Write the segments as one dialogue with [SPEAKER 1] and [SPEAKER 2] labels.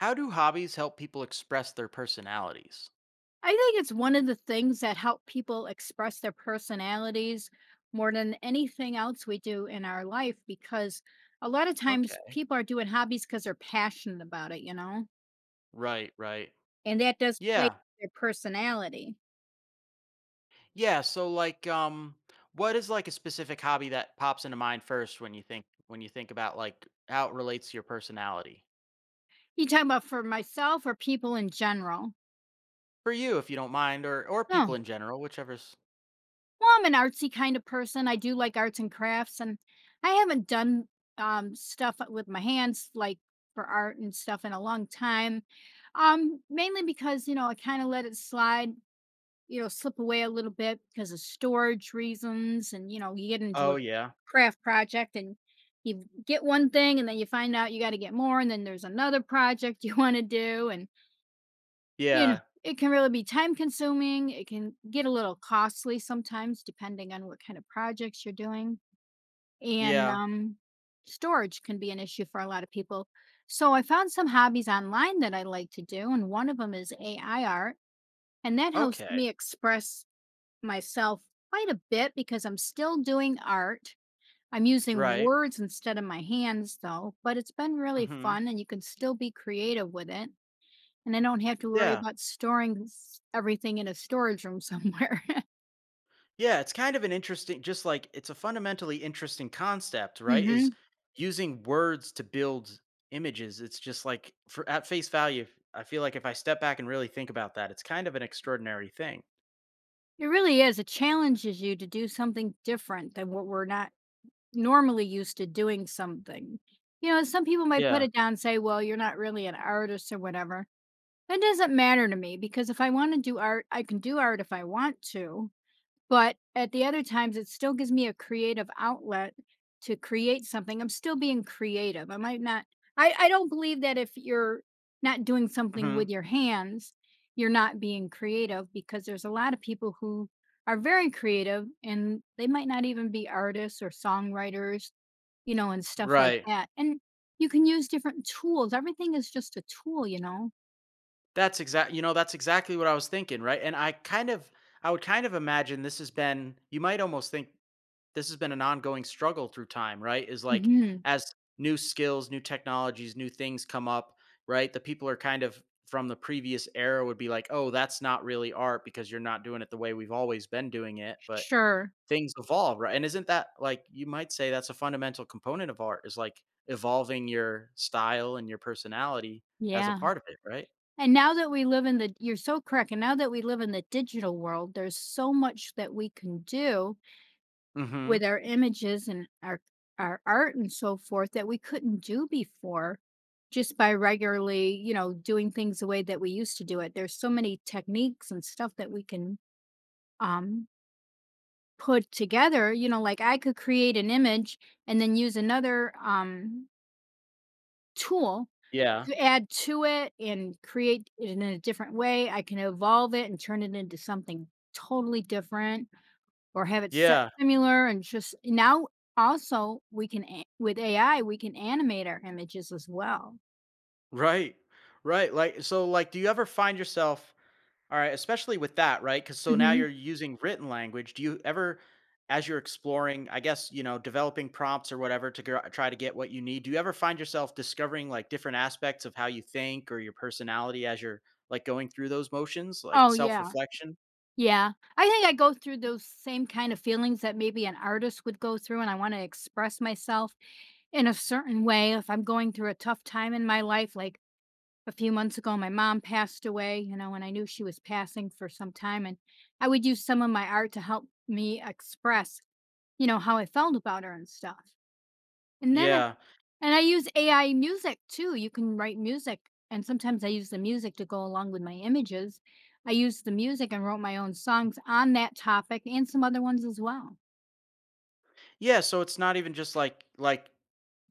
[SPEAKER 1] How do hobbies help people express their personalities?
[SPEAKER 2] I think it's one of the things that help people express their personalities more than anything else we do in our life because a lot of times
[SPEAKER 1] Okay.
[SPEAKER 2] people are doing hobbies because they're passionate about it, you know,
[SPEAKER 1] Right, right.
[SPEAKER 2] and that does play
[SPEAKER 1] Yeah.
[SPEAKER 2] their personality.
[SPEAKER 1] Yeah, so what is like a specific hobby that pops into mind first when you think about like how it relates to your personality?
[SPEAKER 2] You talking about for myself or people in general?
[SPEAKER 1] For you if you don't mind or people
[SPEAKER 2] No.
[SPEAKER 1] in general, whichever's.
[SPEAKER 2] Well, I'm an artsy kind of person. I do like arts and crafts, and I haven't done stuff with my hands like for art and stuff in a long time. Mainly because you know I kind of let it slide, you know, slip away a little bit because of storage reasons, and you know, you get into
[SPEAKER 1] Oh
[SPEAKER 2] a
[SPEAKER 1] yeah.
[SPEAKER 2] craft project and you get one thing, and then you find out you got to get more, and then there's another project you want to do, and you know,
[SPEAKER 1] Yeah.
[SPEAKER 2] it can really be time consuming. It can get a little costly sometimes, depending on what kind of projects you're doing. And
[SPEAKER 1] Yeah.
[SPEAKER 2] storage can be an issue for a lot of people. So I found some hobbies online that I like to do. And one of them is AI art. And that helps
[SPEAKER 1] Okay.
[SPEAKER 2] me express myself quite a bit because I'm still doing art. I'm using
[SPEAKER 1] Right.
[SPEAKER 2] words instead of my hands, though, but it's been really
[SPEAKER 1] Mhm.
[SPEAKER 2] fun and you can still be creative with it. And I don't have to worry
[SPEAKER 1] Yeah.
[SPEAKER 2] about storing s everything in a storage room somewhere.
[SPEAKER 1] Yeah, it's kind of an interesting just like it's a fundamentally interesting concept, right? Is
[SPEAKER 2] Mhm.
[SPEAKER 1] using words to build images. It's just like for at face value, I feel like if I step back and really think about that, it's kind of an extraordinary thing.
[SPEAKER 2] It really is, it challenges you to do something different than what we're not normally used to doing something. You know, some people might put
[SPEAKER 1] Yeah.
[SPEAKER 2] it down and say, "Well, you're not really an artist or whatever." That doesn't matter to me because if I wanna do art, I can do art if I want to. But at the other times, it still gives me a creative outlet to create something. I'm still being creative. I might not, I don't believe that if you're not doing something with
[SPEAKER 1] Hmm.
[SPEAKER 2] your hands, you're not being creative because there's a lot of people who are very creative and they might not even be artists or songwriters, you know, and stuff like
[SPEAKER 1] Right.
[SPEAKER 2] that. And you can use different tools. Everything is just a tool, you know?
[SPEAKER 1] That's exact. That's exactly what I was thinking. Right. And I kind of, I would kind of imagine this has been. You might almost think this has been an ongoing struggle through time, right? Is like
[SPEAKER 2] Hmm.
[SPEAKER 1] as new skills, new technologies, new things come up, right? The people are kind of from the previous era would be like, "Oh, that's not really art because you're not doing it the way we've always been doing it." But
[SPEAKER 2] Sure.
[SPEAKER 1] things evolve, right? And isn't that like you might say that's a fundamental component of art is like evolving your style and your personality as a
[SPEAKER 2] Yeah.
[SPEAKER 1] part of it, right?
[SPEAKER 2] And now that we live in the you're so correct, and now that we live in the digital world, there's so much that we can do
[SPEAKER 1] Mhm.
[SPEAKER 2] with our images and our art and so forth that we couldn't do before just by regularly, you know, doing things the way that we used to do it. There's so many techniques and stuff that we can um put together, you know, like I could create an image and then use another tool
[SPEAKER 1] Yeah.
[SPEAKER 2] to add to it and create it in a different way. I can evolve it and turn it into something totally different or have it set
[SPEAKER 1] Yeah.
[SPEAKER 2] similar and just now also we can a with AI, we can animate our images as well.
[SPEAKER 1] Right. Right. Like so like do you ever find yourself. Alright, especially with that, right? Because so now
[SPEAKER 2] Mhm.
[SPEAKER 1] you're using written language. Do you ever as you're exploring, I guess, you know, developing prompts or whatever to gr try to get what you need, do you ever find yourself discovering, like, different aspects of how you think or your personality as you're, like, going through those motions, like
[SPEAKER 2] Oh, yeah.
[SPEAKER 1] self-reflection?
[SPEAKER 2] Yeah. I think I go through those same kind of feelings that maybe an artist would go through, and I wanna express myself in a certain way if I'm going through a tough time in my life, like, a few months ago, my mom passed away, you know, and I knew she was passing for some time. And I would use some of my art to help me express, you know, how I felt about her and stuff. And then I,
[SPEAKER 1] Yeah.
[SPEAKER 2] and I use AI music too. You can write music. And sometimes I use the music to go along with my images. I used the music and wrote my own songs on that topic and some other ones as well.
[SPEAKER 1] Yeah, so it's not even just like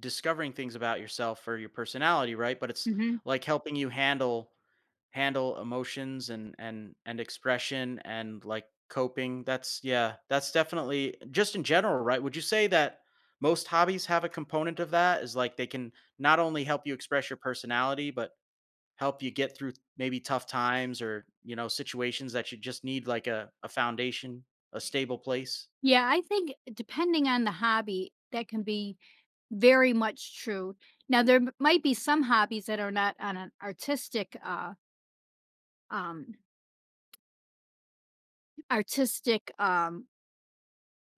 [SPEAKER 1] discovering things about yourself or your personality, right? But it's,
[SPEAKER 2] Hmm.
[SPEAKER 1] like, helping you handle emotions and expression and like coping. That's yeah that's definitely just in general right would you say that most hobbies have a component of that is like they can not only help you express your personality but help you get through maybe tough times or you know situations that you just need like a foundation, a stable place.
[SPEAKER 2] Yeah, I think depending on the hobby, that can be very much true. Now, there m- might be some hobbies that are not on an artistic, um, artistic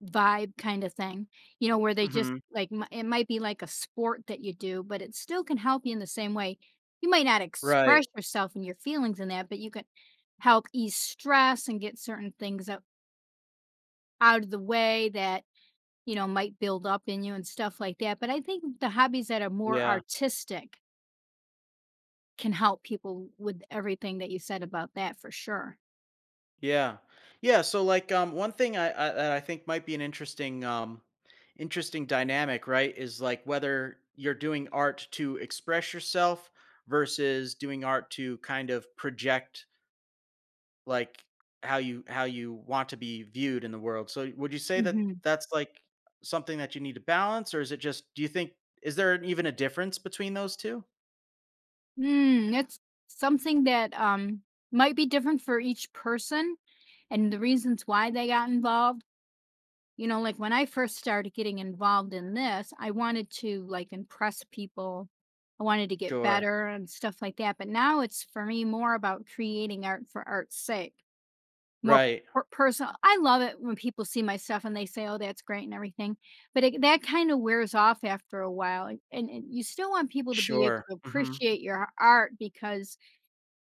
[SPEAKER 2] vibe kind of thing. You know, where they just
[SPEAKER 1] Hmm.
[SPEAKER 2] like m- it might be like a sport that you do, but it still can help you in the same way. You might not
[SPEAKER 1] Right.
[SPEAKER 2] express yourself and your feelings in that, but you can help ease stress and get certain things out, out of the way that you know, might build up in you and stuff like that. But I think the hobbies that are more
[SPEAKER 1] Yeah.
[SPEAKER 2] artistic can help people with everything that you said about that for sure.
[SPEAKER 1] Yeah. Yeah, so one thing I that I think might be an interesting dynamic, right, is like whether you're doing art to express yourself versus doing art to kind of project like how you want to be viewed in the world. So would you say that
[SPEAKER 2] Hmm.
[SPEAKER 1] that's like something that you need to balance or is it just do you think is there even a difference between those two?
[SPEAKER 2] It's something that might be different for each person and the
[SPEAKER 1] Mhm.
[SPEAKER 2] reasons why they got involved. You know, like when I first started getting involved in this, I wanted to like impress people. I wanted to get
[SPEAKER 1] Sure.
[SPEAKER 2] better and stuff like that. But now it's for me more about creating art for art's sake. More
[SPEAKER 1] Right.
[SPEAKER 2] per personal. I love it when people see my stuff and they say, "Oh, that's great," and everything, but it that kinda wears off after a while, and you still want people to be able
[SPEAKER 1] Sure.
[SPEAKER 2] to
[SPEAKER 1] Hmm.
[SPEAKER 2] appreciate your art because,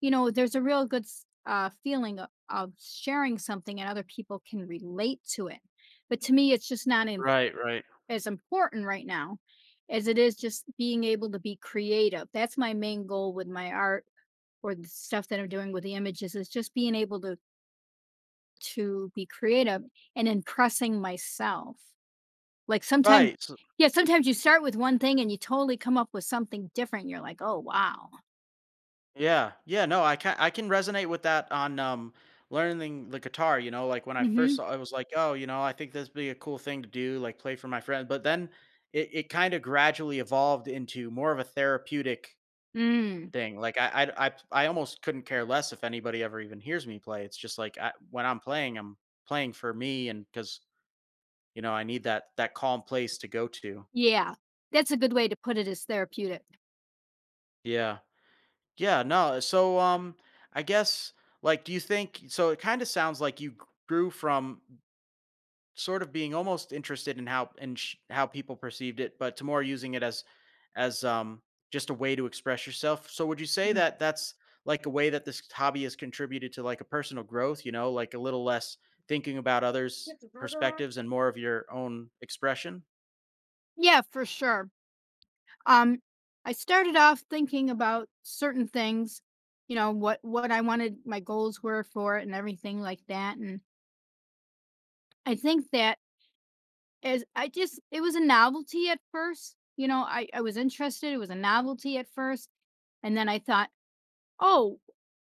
[SPEAKER 2] you know, there's a real good s feeling o of sharing something and other people can relate to it, but to me, it's just not imp
[SPEAKER 1] Right. Right.
[SPEAKER 2] as important right now as it is just being able to be creative. That's my main goal with my art or the stuff that I'm doing with the images is just being able to be creative and impressing myself. Like sometimes
[SPEAKER 1] Right.
[SPEAKER 2] yeah, sometimes you start with one thing and you totally come up with something different. You're like, "Oh, wow."
[SPEAKER 1] Yeah, yeah, no, I can resonate with that on learning the guitar, you know, like when I first
[SPEAKER 2] Mhm.
[SPEAKER 1] saw I was like, oh, you know, I think this would be a cool thing to do, like play for my friend. But then it kind of gradually evolved into more of a therapeutic
[SPEAKER 2] Mm.
[SPEAKER 1] thing. Like I almost couldn't care less if anybody ever even hears me play. It's just like I, when I'm playing for me and because you know I need that calm place to go to.
[SPEAKER 2] Yeah. That's a good way to put it as therapeutic.
[SPEAKER 1] Yeah. Yeah, no. So, I guess, like, do you think? So, it kind of sounds like you grew from sort of being almost interested in how and how people perceived it, but to more using it as, as just a way to express yourself. So, would you say
[SPEAKER 2] Mm.
[SPEAKER 1] that that's like a way that this hobby has contributed to like a personal growth? You know, like a little less thinking about others'
[SPEAKER 2] Get the burger on?
[SPEAKER 1] perspectives and more of your own expression.
[SPEAKER 2] Yeah, for sure. Um, I started off thinking about certain things, you know, what I wanted my goals were for it and everything like that, and I think that as I just it was a novelty at first, you know, I was interested, it was a novelty at first, and then I thought, "Oh,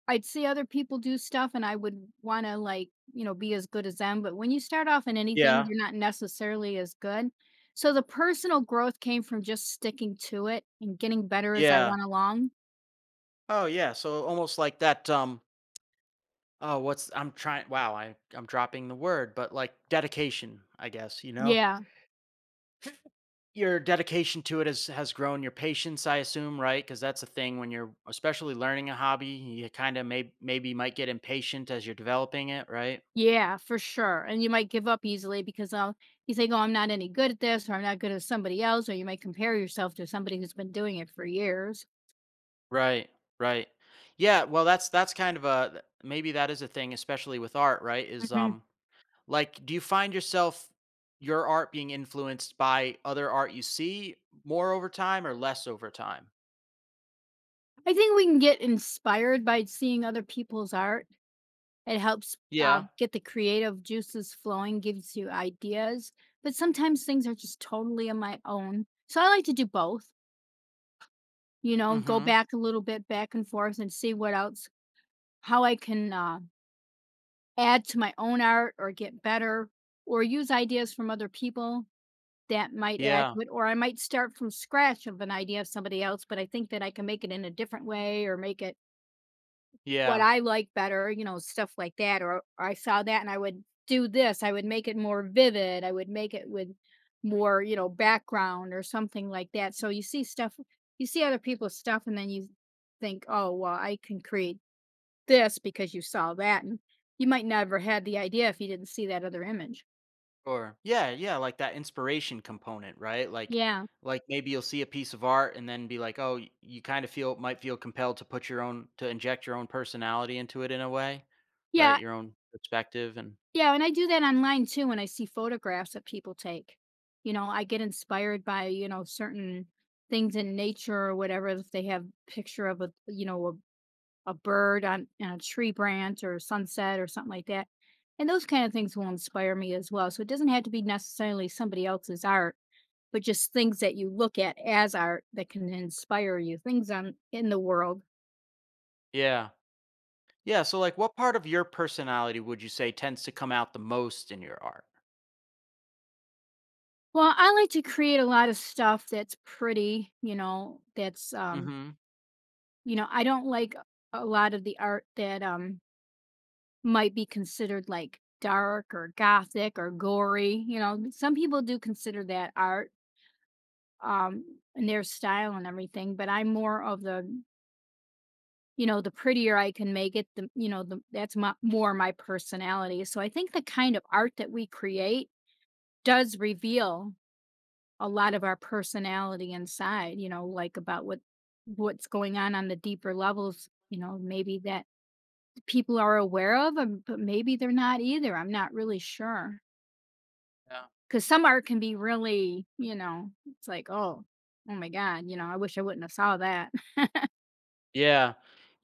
[SPEAKER 2] I'd see other people do stuff and I would wanna, like, you know, be as good as them," but when you start off in anything,
[SPEAKER 1] Yeah.
[SPEAKER 2] you're not necessarily as good. So, the personal growth came from just sticking to it and getting better as I
[SPEAKER 1] Yeah.
[SPEAKER 2] went along.
[SPEAKER 1] Oh, yeah. So almost like that. Oh, what's I'm trying wow, I'm dropping the word, but like dedication, I guess, you know?
[SPEAKER 2] Yeah.
[SPEAKER 1] Your dedication to it has grown your patience, I assume, right? Cuz that's a thing when you're especially learning a hobby, you kind of maybe might get impatient as you're developing it, right?
[SPEAKER 2] Yeah, for sure, and you might give up easily because, you think, "Oh, I'm not any good at this," or, "I'm not good as somebody else," or you might compare yourself to somebody who's been doing it for years.
[SPEAKER 1] Right. Right. Yeah, well that's kind of a maybe that is a thing especially with art, right? Is
[SPEAKER 2] Mhm.
[SPEAKER 1] like do you find yourself your art being influenced by other art you see more over time or less over time?
[SPEAKER 2] I think we can get inspired by seeing other people's art. It helps
[SPEAKER 1] Yeah.
[SPEAKER 2] get the creative juices flowing, gives you ideas. But sometimes things are just totally on my own. So I like to do both, you know, go
[SPEAKER 1] Mhm.
[SPEAKER 2] back a little bit back and forth and see what else, how I can add to my own art or get better or use ideas from other people that might add
[SPEAKER 1] Yeah,
[SPEAKER 2] to it. Or I might start from scratch of an idea of somebody else, but I think that I can make it in a different way or make it what
[SPEAKER 1] yeah,
[SPEAKER 2] I like better, you know, stuff like that, or I saw that and I would do this, I would make it more vivid, I would make it with more, you know, background or something like that. So you see stuff, you see other people's stuff, and then you think, oh, well, I can create this because you saw that. And you might never had the idea if you didn't see that other image.
[SPEAKER 1] yeah, yeah, like that inspiration component, right?
[SPEAKER 2] Yeah.
[SPEAKER 1] Like maybe you'll see a piece of art and then be like, oh, you kind of feel might feel compelled to put your own to inject your own personality into it in a way, right?
[SPEAKER 2] Yeah.
[SPEAKER 1] Your own perspective and
[SPEAKER 2] Yeah, and I do that online too when I see photographs that people take. You know, I get inspired by, you know, certain things in nature or whatever. If they have picture of a, you know, a bird on a tree branch or a sunset or something like that. And those kind of things will inspire me as well. So it doesn't have to be necessarily somebody else's art, but just things that you look at as art that can inspire you, things on in the world.
[SPEAKER 1] yeah, yeah. So like, what part of your personality would you say tends to come out the most in your art?
[SPEAKER 2] Well, I like to create a lot of stuff that's pretty, you know, that's
[SPEAKER 1] Mm-hmm.
[SPEAKER 2] you know, I don't like a lot of the art that, might be considered, like, dark or gothic or gory, you know, some people do consider that art, and their style and everything, but I'm more of the you know, the prettier I can make it, the you know, the that's my more my personality, so I think the kind of art that we create does reveal a lot of our personality inside, you know, like, about what what's going on the deeper levels, you know, maybe that people are aware of 'em, but maybe they're not either, I'm not really sure
[SPEAKER 1] Yeah.
[SPEAKER 2] because some art can be really, you know, it's like, "Oh, oh my god," you know, "I wish I wouldn't have saw that."
[SPEAKER 1] Yeah.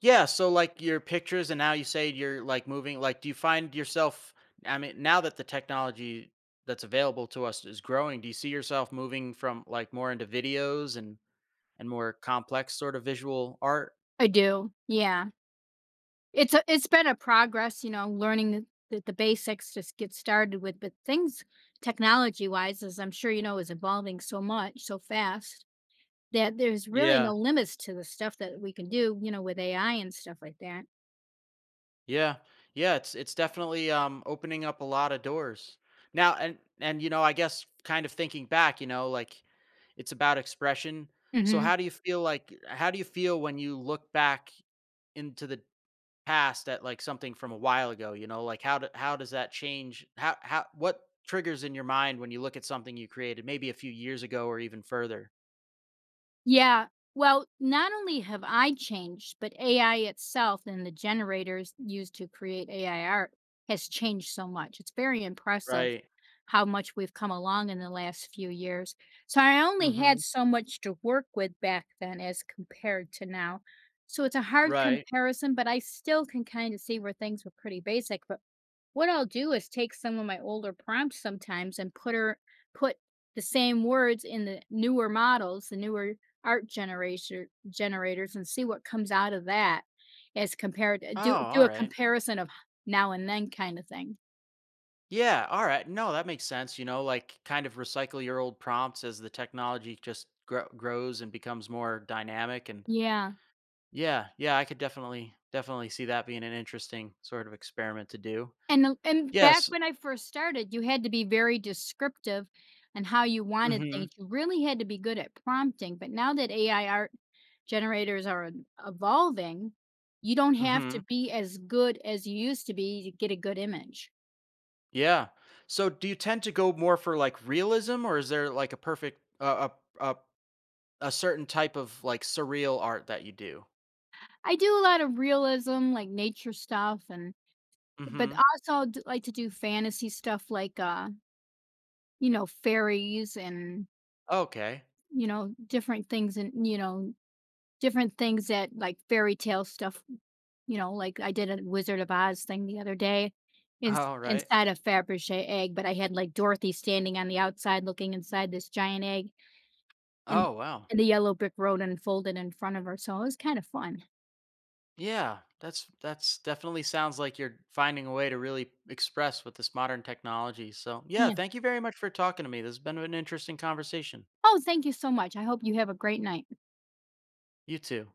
[SPEAKER 1] Yeah, so, like, your pictures and now you say you're, like, moving like, do you find yourself. I mean, now that the technology that's available to us is growing, do you see yourself moving from, like, more into videos and more complex sort of visual art?
[SPEAKER 2] I do, yeah. It's a it's been a progress, you know, learning the basics, just get started with, but things technology-wise, as I'm sure you know, is evolving so much, so fast, that there's really
[SPEAKER 1] Yeah.
[SPEAKER 2] no limits to the stuff that we can do, you know, with AI and stuff like that.
[SPEAKER 1] Yeah. Yeah, it's definitely, opening up a lot of doors. Now and, you know, I guess kind of thinking back, you know, like, it's about expression. So
[SPEAKER 2] Mhm.
[SPEAKER 1] how do you feel like how do you feel when you look back into the past at like something from a while ago, you know, like how do, how does that change? How what triggers in your mind when you look at something you created maybe a few years ago or even further?
[SPEAKER 2] Yeah. Well, not only have I changed, but AI itself and the generators used to create AI art has changed so much. It's very impressive
[SPEAKER 1] Right.
[SPEAKER 2] how much we've come along in the last few years. So I only had
[SPEAKER 1] Mhm.
[SPEAKER 2] so much to work with back then as compared to now. So it's a hard
[SPEAKER 1] Right.
[SPEAKER 2] comparison, but I still can kind of see where things were pretty basic. But what I'll do is take some of my older prompts sometimes and put her put the same words in the newer models, the newer art generator generators and see what comes out of that as compared
[SPEAKER 1] Oh,
[SPEAKER 2] do do
[SPEAKER 1] all
[SPEAKER 2] a
[SPEAKER 1] right.
[SPEAKER 2] comparison of now and then kind of thing.
[SPEAKER 1] Yeah, all right. No, that makes sense, you know, like kind of recycle your old prompts as the technology just grows and becomes more dynamic and
[SPEAKER 2] Yeah.
[SPEAKER 1] yeah, yeah, I could definitely see that being an interesting sort of experiment to do.
[SPEAKER 2] And back
[SPEAKER 1] Yes.
[SPEAKER 2] when I first started, you had to be very descriptive on how you wanted
[SPEAKER 1] Mhm.
[SPEAKER 2] things. You really had to be good at prompting, but now that AI art generators are en evolving, you don't have to
[SPEAKER 1] Mhm.
[SPEAKER 2] be as good as you used to be to get a good image.
[SPEAKER 1] Yeah. So do you tend to go more for like realism or is there like a perfect a a a certain type of like surreal art that you do?
[SPEAKER 2] I do a lot of realism, like nature stuff and but
[SPEAKER 1] Mhm.
[SPEAKER 2] also d like to do fantasy stuff like, you know, fairies and,
[SPEAKER 1] Okay.
[SPEAKER 2] you know, different things and, you know, different things that like fairy tale stuff you know, like, I did a Wizard of Oz thing the other day in
[SPEAKER 1] All right.
[SPEAKER 2] inside a Fabergé egg, but I had, like, Dorothy standing on the outside looking inside this giant egg, and the
[SPEAKER 1] Oh, wow.
[SPEAKER 2] and the yellow brick road unfolded in front of her, so it was kinda fun.
[SPEAKER 1] Yeah, that's definitely sounds like you're finding a way to really express with this modern technology. So, yeah,
[SPEAKER 2] Yeah.
[SPEAKER 1] thank you very much for talking to me. This has been an interesting conversation.
[SPEAKER 2] Oh, thank you so much. I hope you have a great night.
[SPEAKER 1] You too.